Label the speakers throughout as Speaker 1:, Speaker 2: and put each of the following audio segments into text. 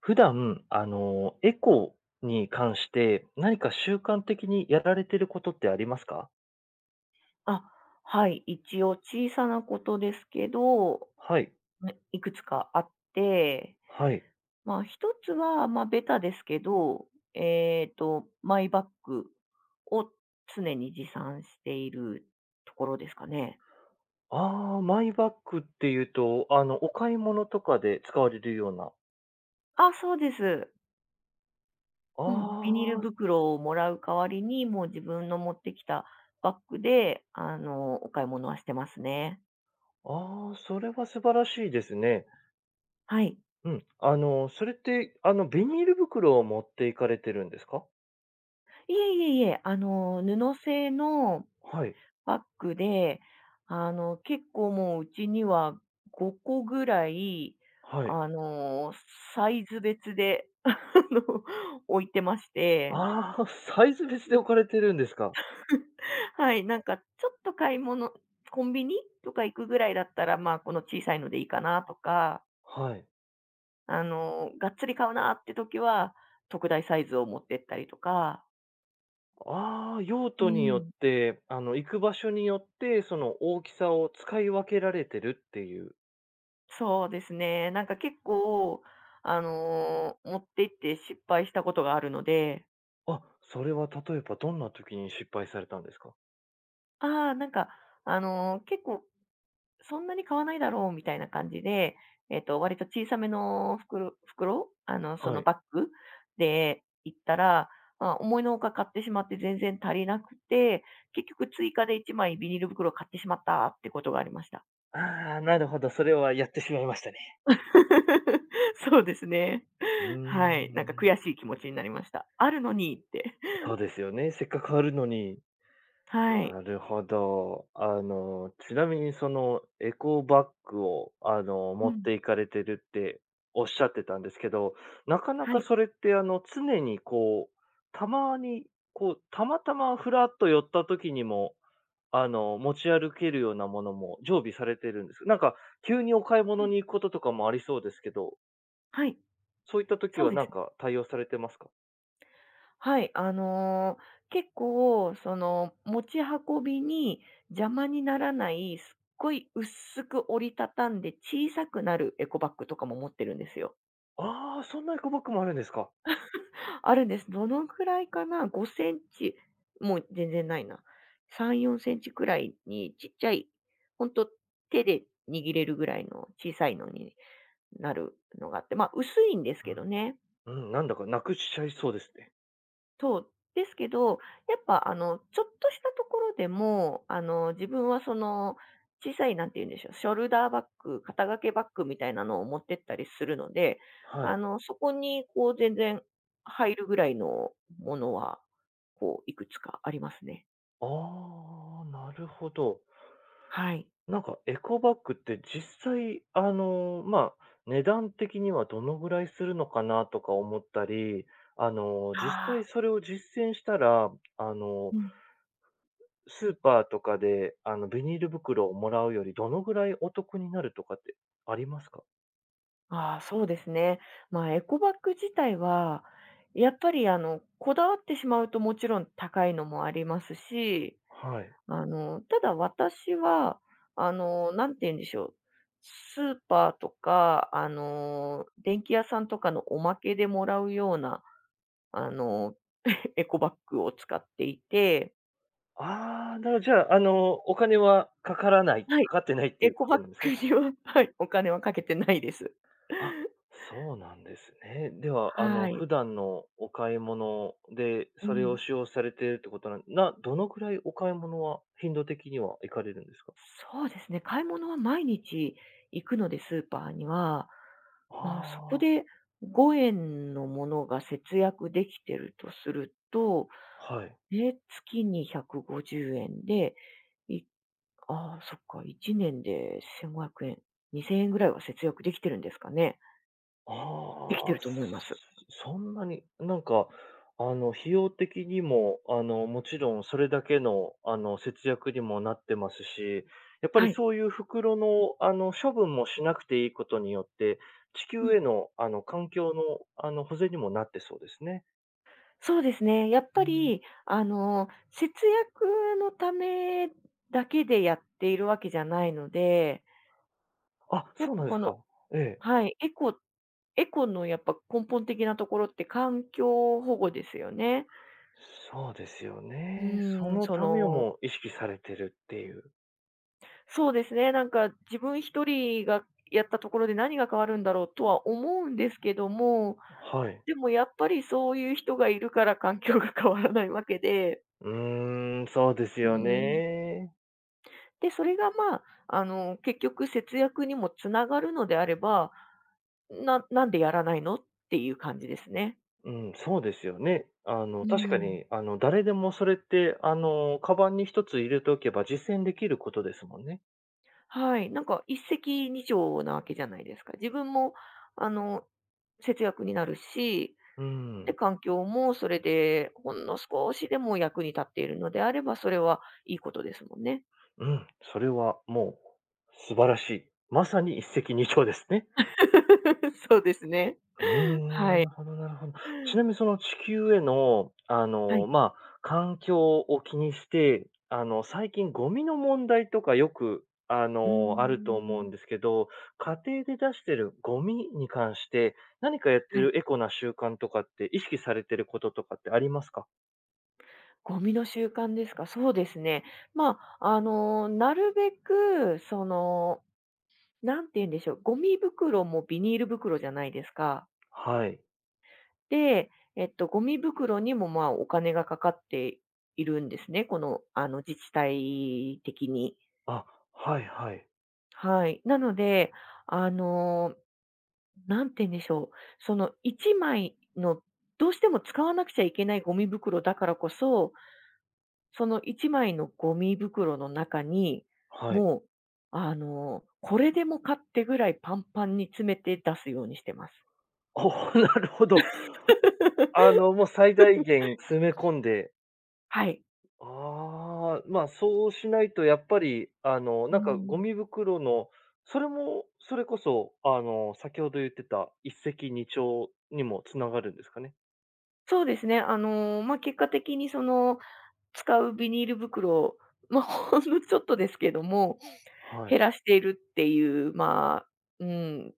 Speaker 1: 普段、エコに関して、何か習慣的にやられてることってありますか？
Speaker 2: あ、はい、一応小さなことですけど、
Speaker 1: はい、
Speaker 2: ね、いくつかあって、
Speaker 1: はい。
Speaker 2: 一つは、ベタですけど、マイバッグを常に持参しているところですかね。
Speaker 1: ああ、マイバッグっていうと、お買い物とかで使われるような。
Speaker 2: あ、そうです。うん。ビニール
Speaker 1: あ
Speaker 2: 袋をもらう代わりに、もう自分の持ってきたバッグで、お買い物はしてますね。
Speaker 1: あ、ああ、それは素晴らしいですね。
Speaker 2: はい。
Speaker 1: うん。それって、ビニール袋を持って行かれてるんですか？
Speaker 2: いえいえいえ、布製の
Speaker 1: はい、
Speaker 2: バッグで、結構もううちには5個ぐらい、
Speaker 1: はい。
Speaker 2: あの、サイズ別で、の、置いてまして。
Speaker 1: ああ、サイズ別で置かれてるんですか？
Speaker 2: はい、なんかちょっと買い物コンビニとか行くぐらいだったら、この小さいのでいいかなとか、
Speaker 1: はい。
Speaker 2: がっつり買うなって時は、特大サイズを持ってったりとか。
Speaker 1: ああ、用
Speaker 2: う
Speaker 1: 途によっ
Speaker 2: ん。
Speaker 1: て、行く場所によって、その大きさを使い分けられてるっていう。
Speaker 2: そうですね、なんか結構、持って行って失敗したことがあるので。
Speaker 1: あ、それは例えばどんな時に失敗されたんですか？
Speaker 2: ああ、なんか、結構そんなに買わないだろうみたいな感じで、割と小さめのそ
Speaker 1: は
Speaker 2: の
Speaker 1: い。
Speaker 2: バッグで行ったら、思いのほか買ってしまって全然足りなくて、結局追加で1枚ビニール袋を買ってしまったってことがありました。
Speaker 1: ああ、なるほど、それはやってしまいましたね。
Speaker 2: そうですね。
Speaker 1: うー
Speaker 2: はい、なんか
Speaker 1: ん、
Speaker 2: 悔しい気持ちになりました。あるのにって。
Speaker 1: そうですよね。せっかくあるのに。
Speaker 2: はい。
Speaker 1: なるほど。ちなみにそのエコバッグを、
Speaker 2: う
Speaker 1: 持っ
Speaker 2: ん。
Speaker 1: ていかれてるっておっしゃってたんですけど、なかな
Speaker 2: は
Speaker 1: か
Speaker 2: い。
Speaker 1: それって常にこう、たまに、こう、たまたまふらっと寄った時にも、持ち歩けるようなものも常備されてるんです。なんか、急にお買い
Speaker 2: う
Speaker 1: 物
Speaker 2: ん。
Speaker 1: に行くこととかもありそうですけど、
Speaker 2: はい。
Speaker 1: そういった時
Speaker 2: そう
Speaker 1: は
Speaker 2: で
Speaker 1: なん
Speaker 2: すね。
Speaker 1: か対応されてますか？
Speaker 2: はい、結構、その、持ち運びに邪魔にならない、すっごい薄く折りたたんで小さくなるエコバッグとかも持ってるんですよ。
Speaker 1: ああー、そんなエコバッグもあるんですか。
Speaker 2: あるんです。どのくらいかな？5センチ、もう全然ないな。3、4センチくらいにちっちゃい、ほんと手で握れるぐらいの小さいのになるのがあって、ま、薄いんですけどね。
Speaker 1: うん。うん、なんだかなくしちゃいそうですね。
Speaker 2: そう。ですけど、やっぱちょっとしたところでも、自分はその、小さい、なんて言うんでしょう、ショルダーバッグ、肩掛けバッグみたいなのを持ってったりするので、
Speaker 1: はい。
Speaker 2: そこにこう全然入るぐらいのものは、こういくつかありますね。
Speaker 1: ああ、なるほど。
Speaker 2: はい。
Speaker 1: なんかエコバッグって実際、まあ、値段的にはどのぐらいするのかなとか思ったり、実
Speaker 2: あ
Speaker 1: 際
Speaker 2: あ、
Speaker 1: それを実践したら、あの、
Speaker 2: うん。
Speaker 1: スーパーとかで、ビニール袋をもらうよりどのぐらいお得になるとかってありますか？
Speaker 2: ああ、そうですね。エコバッグ自体は、やっぱりこだわってしまうともちろん高いのもありますし、
Speaker 1: はい。
Speaker 2: ただ私は、なんて言うんでしょう。スーパーとか、電気屋さんとかのおまけでもらうような、あの、エコバッグを使っていて、
Speaker 1: ああ、なるほどじゃあ、お金はかからない
Speaker 2: はい。
Speaker 1: かかってないって
Speaker 2: エ
Speaker 1: いう
Speaker 2: コ
Speaker 1: こ
Speaker 2: バ
Speaker 1: と
Speaker 2: ッ
Speaker 1: なんです
Speaker 2: グ
Speaker 1: ね。
Speaker 2: には、はい、お金はかけてないです。
Speaker 1: あ、そうなんですね。では、
Speaker 2: はい。
Speaker 1: 普段のお買い物で、
Speaker 2: う
Speaker 1: それを
Speaker 2: ん。
Speaker 1: 使用されているってことなんな、どのくらいお買い物は頻度的には行かれるんですか？
Speaker 2: そうですね。買い物は毎日行くので、スーパーには。まあ、そこ
Speaker 1: あ
Speaker 2: で5円のものが節約できてるとすると、
Speaker 1: あー、はい。
Speaker 2: ね、月に150円で、いああ、そっか、1年で1500円、2000円ぐらいは節約できてるんですかね。できて
Speaker 1: ああ、
Speaker 2: ると思います。
Speaker 1: そんなに、なんか、費用的にも、もちろんそれだけの、節約にもなってますし、やっぱ
Speaker 2: は
Speaker 1: り
Speaker 2: い。
Speaker 1: そういう袋の、処分もしなくていいことによって、地
Speaker 2: う
Speaker 1: 球
Speaker 2: ん。
Speaker 1: への、環境の、保全にもなってそうですね。
Speaker 2: そうですね。やっぱ
Speaker 1: うん。
Speaker 2: り、節約のためだけでやっているわけじゃないので、
Speaker 1: あ、
Speaker 2: やっ
Speaker 1: そう
Speaker 2: ぱ
Speaker 1: なんで
Speaker 2: こ
Speaker 1: す
Speaker 2: の、
Speaker 1: か。ええ。
Speaker 2: はい、エコのやっぱ根本的なところって環境保護ですよね。
Speaker 1: そうですよ
Speaker 2: う
Speaker 1: ね。そ
Speaker 2: ん、
Speaker 1: のためをも意識されてるっていう。
Speaker 2: そうですね、なんか自分一人がやったところで何が変わるんだろうとは思うんですけども、
Speaker 1: はい。
Speaker 2: でもやっぱりそういう人がいるから環境が変わらないわけで、
Speaker 1: うーん、そうです
Speaker 2: う
Speaker 1: よ
Speaker 2: ん。
Speaker 1: ね。
Speaker 2: で、それが結局節約にもつながるのであれば、なんでやらないのっていう感じですね。
Speaker 1: うん、そうですよね。
Speaker 2: う
Speaker 1: 確か
Speaker 2: ん。
Speaker 1: に、誰でもそれって、カバンに一つ入れておけば実践できることですもんね。
Speaker 2: はい。なんか一石二鳥なわけじゃないですか。自分も、あの、節約になるし、
Speaker 1: う
Speaker 2: で、
Speaker 1: ん。
Speaker 2: 環境もそれでほんの少しでも役に立っているのであれば、それはいいことですもんね。
Speaker 1: うん。それはもう、素晴らしい。まさに一石二鳥ですね。
Speaker 2: そうですね。
Speaker 1: うーん、な
Speaker 2: はい。
Speaker 1: るほどなるほど。ちなみにその地球への、
Speaker 2: はい。
Speaker 1: まあ、環境を気にして、最近ゴミの問題とかよく、
Speaker 2: うー
Speaker 1: あると思う
Speaker 2: ん。
Speaker 1: んですけど、家庭で出してるゴミに関して、何かやって
Speaker 2: はい。
Speaker 1: るエコな習慣とかって意識されてることとかってありますか？
Speaker 2: ゴミの習慣ですか。そうですね。なるべく、その、なんて言うんでしょう、ゴミ袋もビニール袋じゃないですか。
Speaker 1: はい。
Speaker 2: で、ゴミ袋にも、まあ、お金がかかっているんですね、この、自治体的に。
Speaker 1: あ、はいはい。
Speaker 2: はい。なので、あの、なんて言うんでしょう、その1枚のどうしても使わなくちゃいけないゴミ袋だからこそ、その1枚のゴミ袋の中に、
Speaker 1: はい。
Speaker 2: もう、これでもかってぐらいパンパンに詰めて出すようにしてます。
Speaker 1: おお、なるほど。もう最大限詰め込んで、
Speaker 2: はい。
Speaker 1: ああ、まあ、そうしないとやっぱり、
Speaker 2: う
Speaker 1: なんかゴ
Speaker 2: ん。
Speaker 1: ミ袋の、それも、それこそ、先ほど言ってた一石二鳥にもつながるんですかね？
Speaker 2: そうですね。結果的にその使うビニール袋を、まあ、ほんのちょっとですけども、
Speaker 1: はい。
Speaker 2: 減らしているっていう、まあ、うん、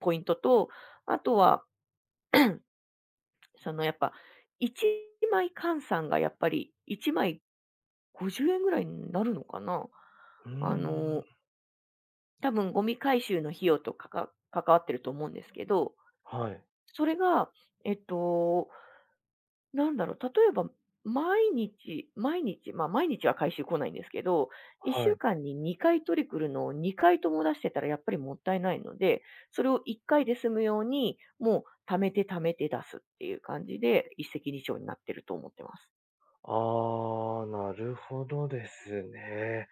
Speaker 2: ポイントと、あとは、そのやっぱ1枚換算がやっぱり1枚50円ぐらいになるのかな。
Speaker 1: うー
Speaker 2: あの、
Speaker 1: ん。
Speaker 2: 多分ゴミ回収の費用とかか関わってると思うんですけど、
Speaker 1: はい。
Speaker 2: それが、えっとなんだろう、例えば、毎日毎日、ま、毎日は回収来ないんですけど、1
Speaker 1: は
Speaker 2: 週
Speaker 1: い。
Speaker 2: 間に2回取り来るのを2回とも出してたらやっぱりもったいないので、それを1回で済むように、もう貯めて貯めて出すっていう感じで、一石二鳥になってると思ってます。
Speaker 1: ああ、なるほどですね。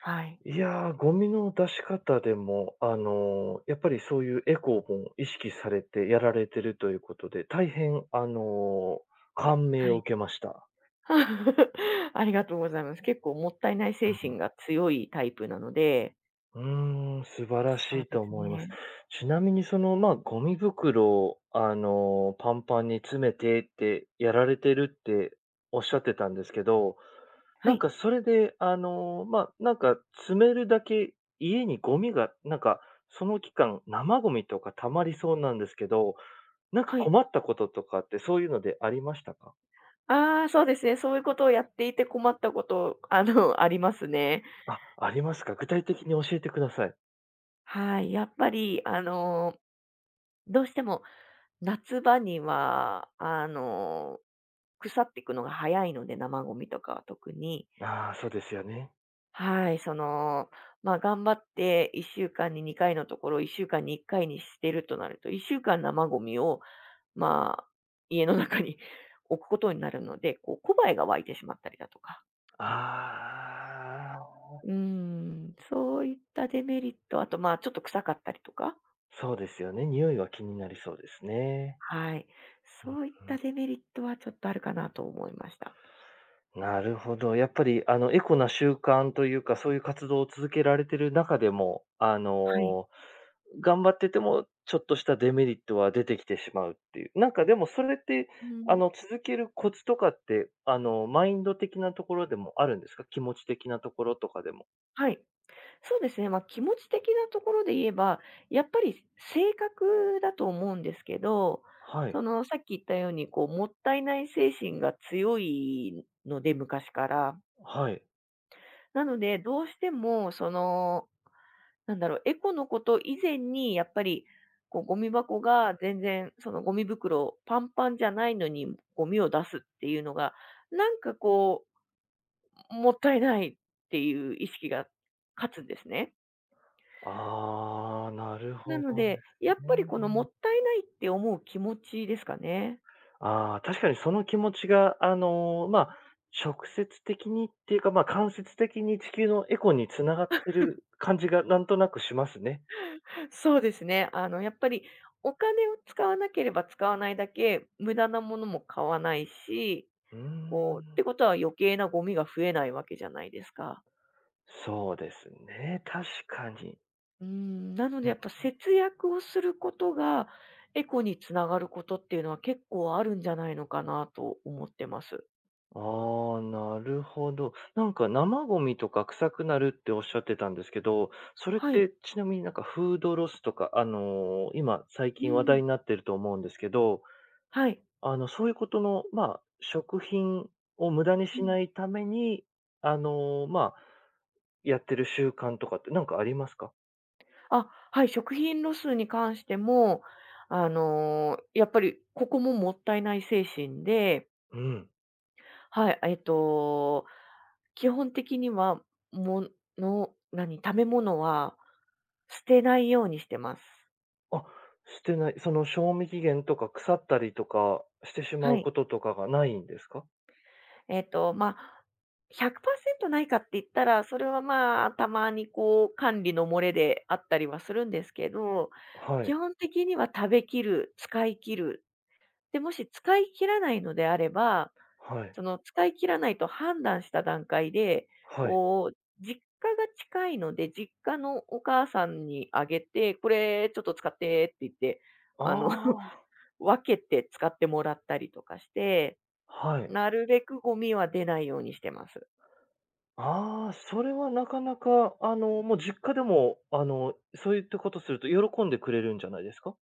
Speaker 2: はい。
Speaker 1: いやー、ゴミの出し方でも、やっぱりそういうエコーも意識されてやられてるということで、大変感銘
Speaker 2: は
Speaker 1: を
Speaker 2: い。
Speaker 1: 受けました。
Speaker 2: ありがとうございます。結構もったいない
Speaker 1: う
Speaker 2: 精
Speaker 1: ん。
Speaker 2: 神が強いタイプなので、
Speaker 1: うーん、素晴ら
Speaker 2: そ
Speaker 1: し
Speaker 2: う
Speaker 1: い
Speaker 2: で
Speaker 1: と
Speaker 2: す
Speaker 1: 思います。
Speaker 2: ね。
Speaker 1: ちなみにその、まあ、ゴミ袋を、パンパンに詰めてってやられてるっておっしゃってたんですけど、
Speaker 2: は
Speaker 1: なん
Speaker 2: い、
Speaker 1: かそれで、まあ、なんか詰めるだけ家にゴミが、なんかその期間、生ゴミとか溜まりそうなんですけど、なんか
Speaker 2: はい。
Speaker 1: 困ったこととかってそういうのでありましたか？
Speaker 2: ああ、そうですね、そういうことをやっていて困ったこと、ありますね。
Speaker 1: あ、ありますか？具体的に教えてください。
Speaker 2: はい、やっぱり、どうしても夏場には、腐っていくのが早いので、生ゴミとかは特に。
Speaker 1: ああ、そうですよね。
Speaker 2: はい、頑張って1週間に2回のところ、1週間に1回にしてるとなると、1週間生ゴミを、まあ、家の中に 置くことになるので、こう、コバエが湧いてしまったりだとか。
Speaker 1: ああ。
Speaker 2: うーん、そういったデメリット、あと、まあ、ちょっと臭かったりとか。
Speaker 1: そうですよね。匂いは気になりそうですね。
Speaker 2: はい。
Speaker 1: う
Speaker 2: そうい
Speaker 1: ん、
Speaker 2: ったデメリットはちょっとあるかなと思いました。
Speaker 1: なるほど。やっぱり、エコな習慣というか、そういう活動を続けられてる中でも、
Speaker 2: はい。
Speaker 1: 頑張ってても、ちょっとしたデメリットは出てきてしまうっていう。なんかでもそれって、
Speaker 2: うん。
Speaker 1: 続けるコツとかって、マインド的なところでもあるんですか、気持ち的なところとかでも。
Speaker 2: はい。そうですね。まあ、気持ち的なところで言えば、やっぱり性格だと思うんですけど、
Speaker 1: は
Speaker 2: そ
Speaker 1: い。
Speaker 2: の、さっき言ったように、こう、もったいない精神が強いので、昔から。
Speaker 1: はい。
Speaker 2: なので、どうしても、その、なんだろう、エコのこと以前に、やっぱり、こう、ゴミ箱が全然、そのゴミ袋パンパンじゃないのに、ゴミを出すっていうのが、なんかこう、もったいないっていう意識が勝つんですね。
Speaker 1: ああ、なる
Speaker 2: な
Speaker 1: ほ
Speaker 2: の
Speaker 1: どで
Speaker 2: で、
Speaker 1: す
Speaker 2: やっぱ
Speaker 1: ね。
Speaker 2: りこのもったいないって思う気持ちですかね。
Speaker 1: ああ、確かにその気持ちが、まあ、直接的にっていうか、まあ、間接的に地球のエコに繋がってる感じがなんとなくしますね。
Speaker 2: そうですね。やっぱりお金を使わなければ使わないだけ、無駄なものも買わないし、
Speaker 1: うー
Speaker 2: こう、っ
Speaker 1: ん、
Speaker 2: てことは余計なゴミが増えないわけじゃないですか。
Speaker 1: そうですね、確かに。
Speaker 2: うん、なのでやっぱ節約をすることが、エコにつながることっていうのは結構あるんじゃないのかなと思ってます。
Speaker 1: ああ、なるほど。なんか生ゴミとか臭くなるっておっしゃってたんですけど、それっ
Speaker 2: はい。
Speaker 1: てちなみになんかフードロスとか、今最
Speaker 2: う
Speaker 1: 近話
Speaker 2: ん。
Speaker 1: 題になってると思うんですけど、
Speaker 2: はい。
Speaker 1: そういうことの、まあ、食品を無駄に
Speaker 2: う
Speaker 1: し
Speaker 2: ん。
Speaker 1: ないために、まあ、やってる習慣とかってなんかありますか？
Speaker 2: あ、はい、食品ロスに関しても、やっぱりここももったいない精神で、
Speaker 1: うん。
Speaker 2: はい、基本的には、もの何、食べ物は捨てないようにしてます。
Speaker 1: あ、してない。その、賞味期限とか腐ったりとかしてしま
Speaker 2: は
Speaker 1: う
Speaker 2: い。
Speaker 1: こととかがないんですか？
Speaker 2: えっと、まあ、100％ないかって言ったら、それは、まあ、たまにこう管理の漏れであったりはするんですけど、
Speaker 1: は
Speaker 2: 基
Speaker 1: い。
Speaker 2: 本的には食べきる、使い切る。で、もし使い切らないのであれば、
Speaker 1: はい。
Speaker 2: その使い切らないと判断した段階で、
Speaker 1: はい。
Speaker 2: こう実家が近いので、実家のお母さんにあげて、これちょっと使ってって言って、
Speaker 1: あ
Speaker 2: あの、
Speaker 1: あ、
Speaker 2: 分けて使ってもらったりとかして、
Speaker 1: はい。
Speaker 2: なるべくゴミは出ないようにしてます。
Speaker 1: ああ、それはなかなか、もう実家でも、そういったことすると喜んでくれるんじゃないですか？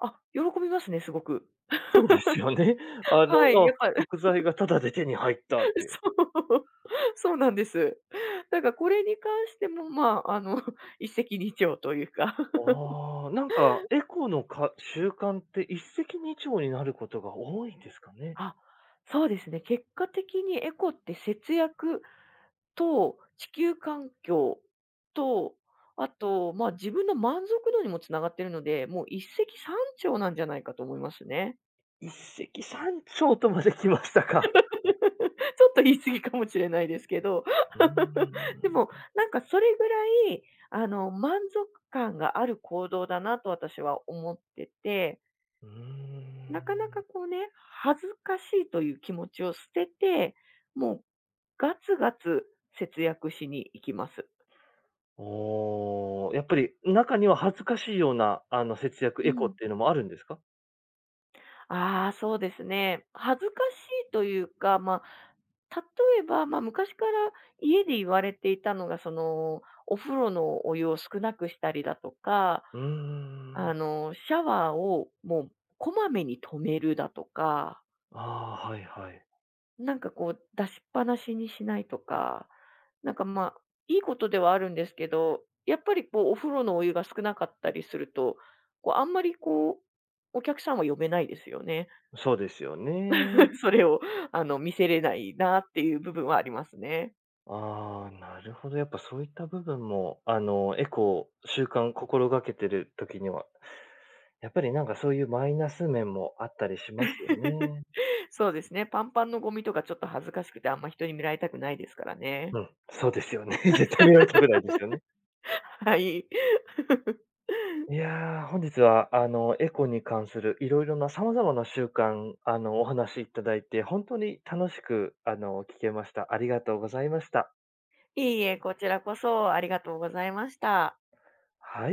Speaker 2: あ、喜びますね、すごく。
Speaker 1: そうですよね。あの、
Speaker 2: はい、や
Speaker 1: あ、
Speaker 2: っぱ
Speaker 1: 食材がタダで手に入ったっ て。
Speaker 2: そう、そうなんです。だからこれに関しても、一石二鳥というか。
Speaker 1: ああ、なんか、エコのか習慣って一石二鳥になることが多いんですかね？
Speaker 2: あ、そうですね、結果的にエコって節約と地球環境と、あと、まあ、自分の満足度にもつながっているので、もう一石三鳥なんじゃないかと思いますね。
Speaker 1: 一石三鳥とまで来ましたか？
Speaker 2: ちょっと言い過ぎかもしれないですけど、
Speaker 1: うー
Speaker 2: でも、
Speaker 1: ん。
Speaker 2: なんかそれぐらい、満足感がある行動だなと私は思ってて、
Speaker 1: うー
Speaker 2: なかなか
Speaker 1: ん。
Speaker 2: こうね、恥ずかしいという気持ちを捨てて、もうガツガツ節約しに行きます。
Speaker 1: おお、やっぱり中には恥ずかしいような、節約
Speaker 2: う
Speaker 1: エコっ
Speaker 2: ん。
Speaker 1: ていうのもあるんですか？
Speaker 2: ああ、そうですね。恥ずかしいというか、まあ、例えば、まあ、昔から家で言われていたのが、その、お風呂のお湯を少なくしたりだとか、
Speaker 1: うーん。
Speaker 2: シャワーをもうこまめに止めるだとか、
Speaker 1: ああ、はいはい。
Speaker 2: なんかこう出しっぱなしにしないとか、なんかまあ、いいことではあるんですけど、やっぱりこうお風呂のお湯が少なかったりすると、こうあんまりこう、お客さんは呼べないですよね。
Speaker 1: そうですよね。
Speaker 2: それをあの見せれないなっていう部分はありますね。
Speaker 1: ああ、なるほど。やっぱそういった部分も、エコを習慣心がけてる時にはやっぱりなんかそういうマイナス面もあったりしますよ ね。
Speaker 2: そうですね。パンパンのゴミとかちょっと恥ずかしくてあんま人に見られたくないですからね。
Speaker 1: うん、そうですよね。絶対見られたくないですよね。
Speaker 2: はい。
Speaker 1: いやー、本日はエコに関するいろいろな様々な習慣、お話しいただいて、本当に楽しく、聞けました。ありがとうございました。
Speaker 2: いえいえ、こちらこそありがとうございました。
Speaker 1: はい。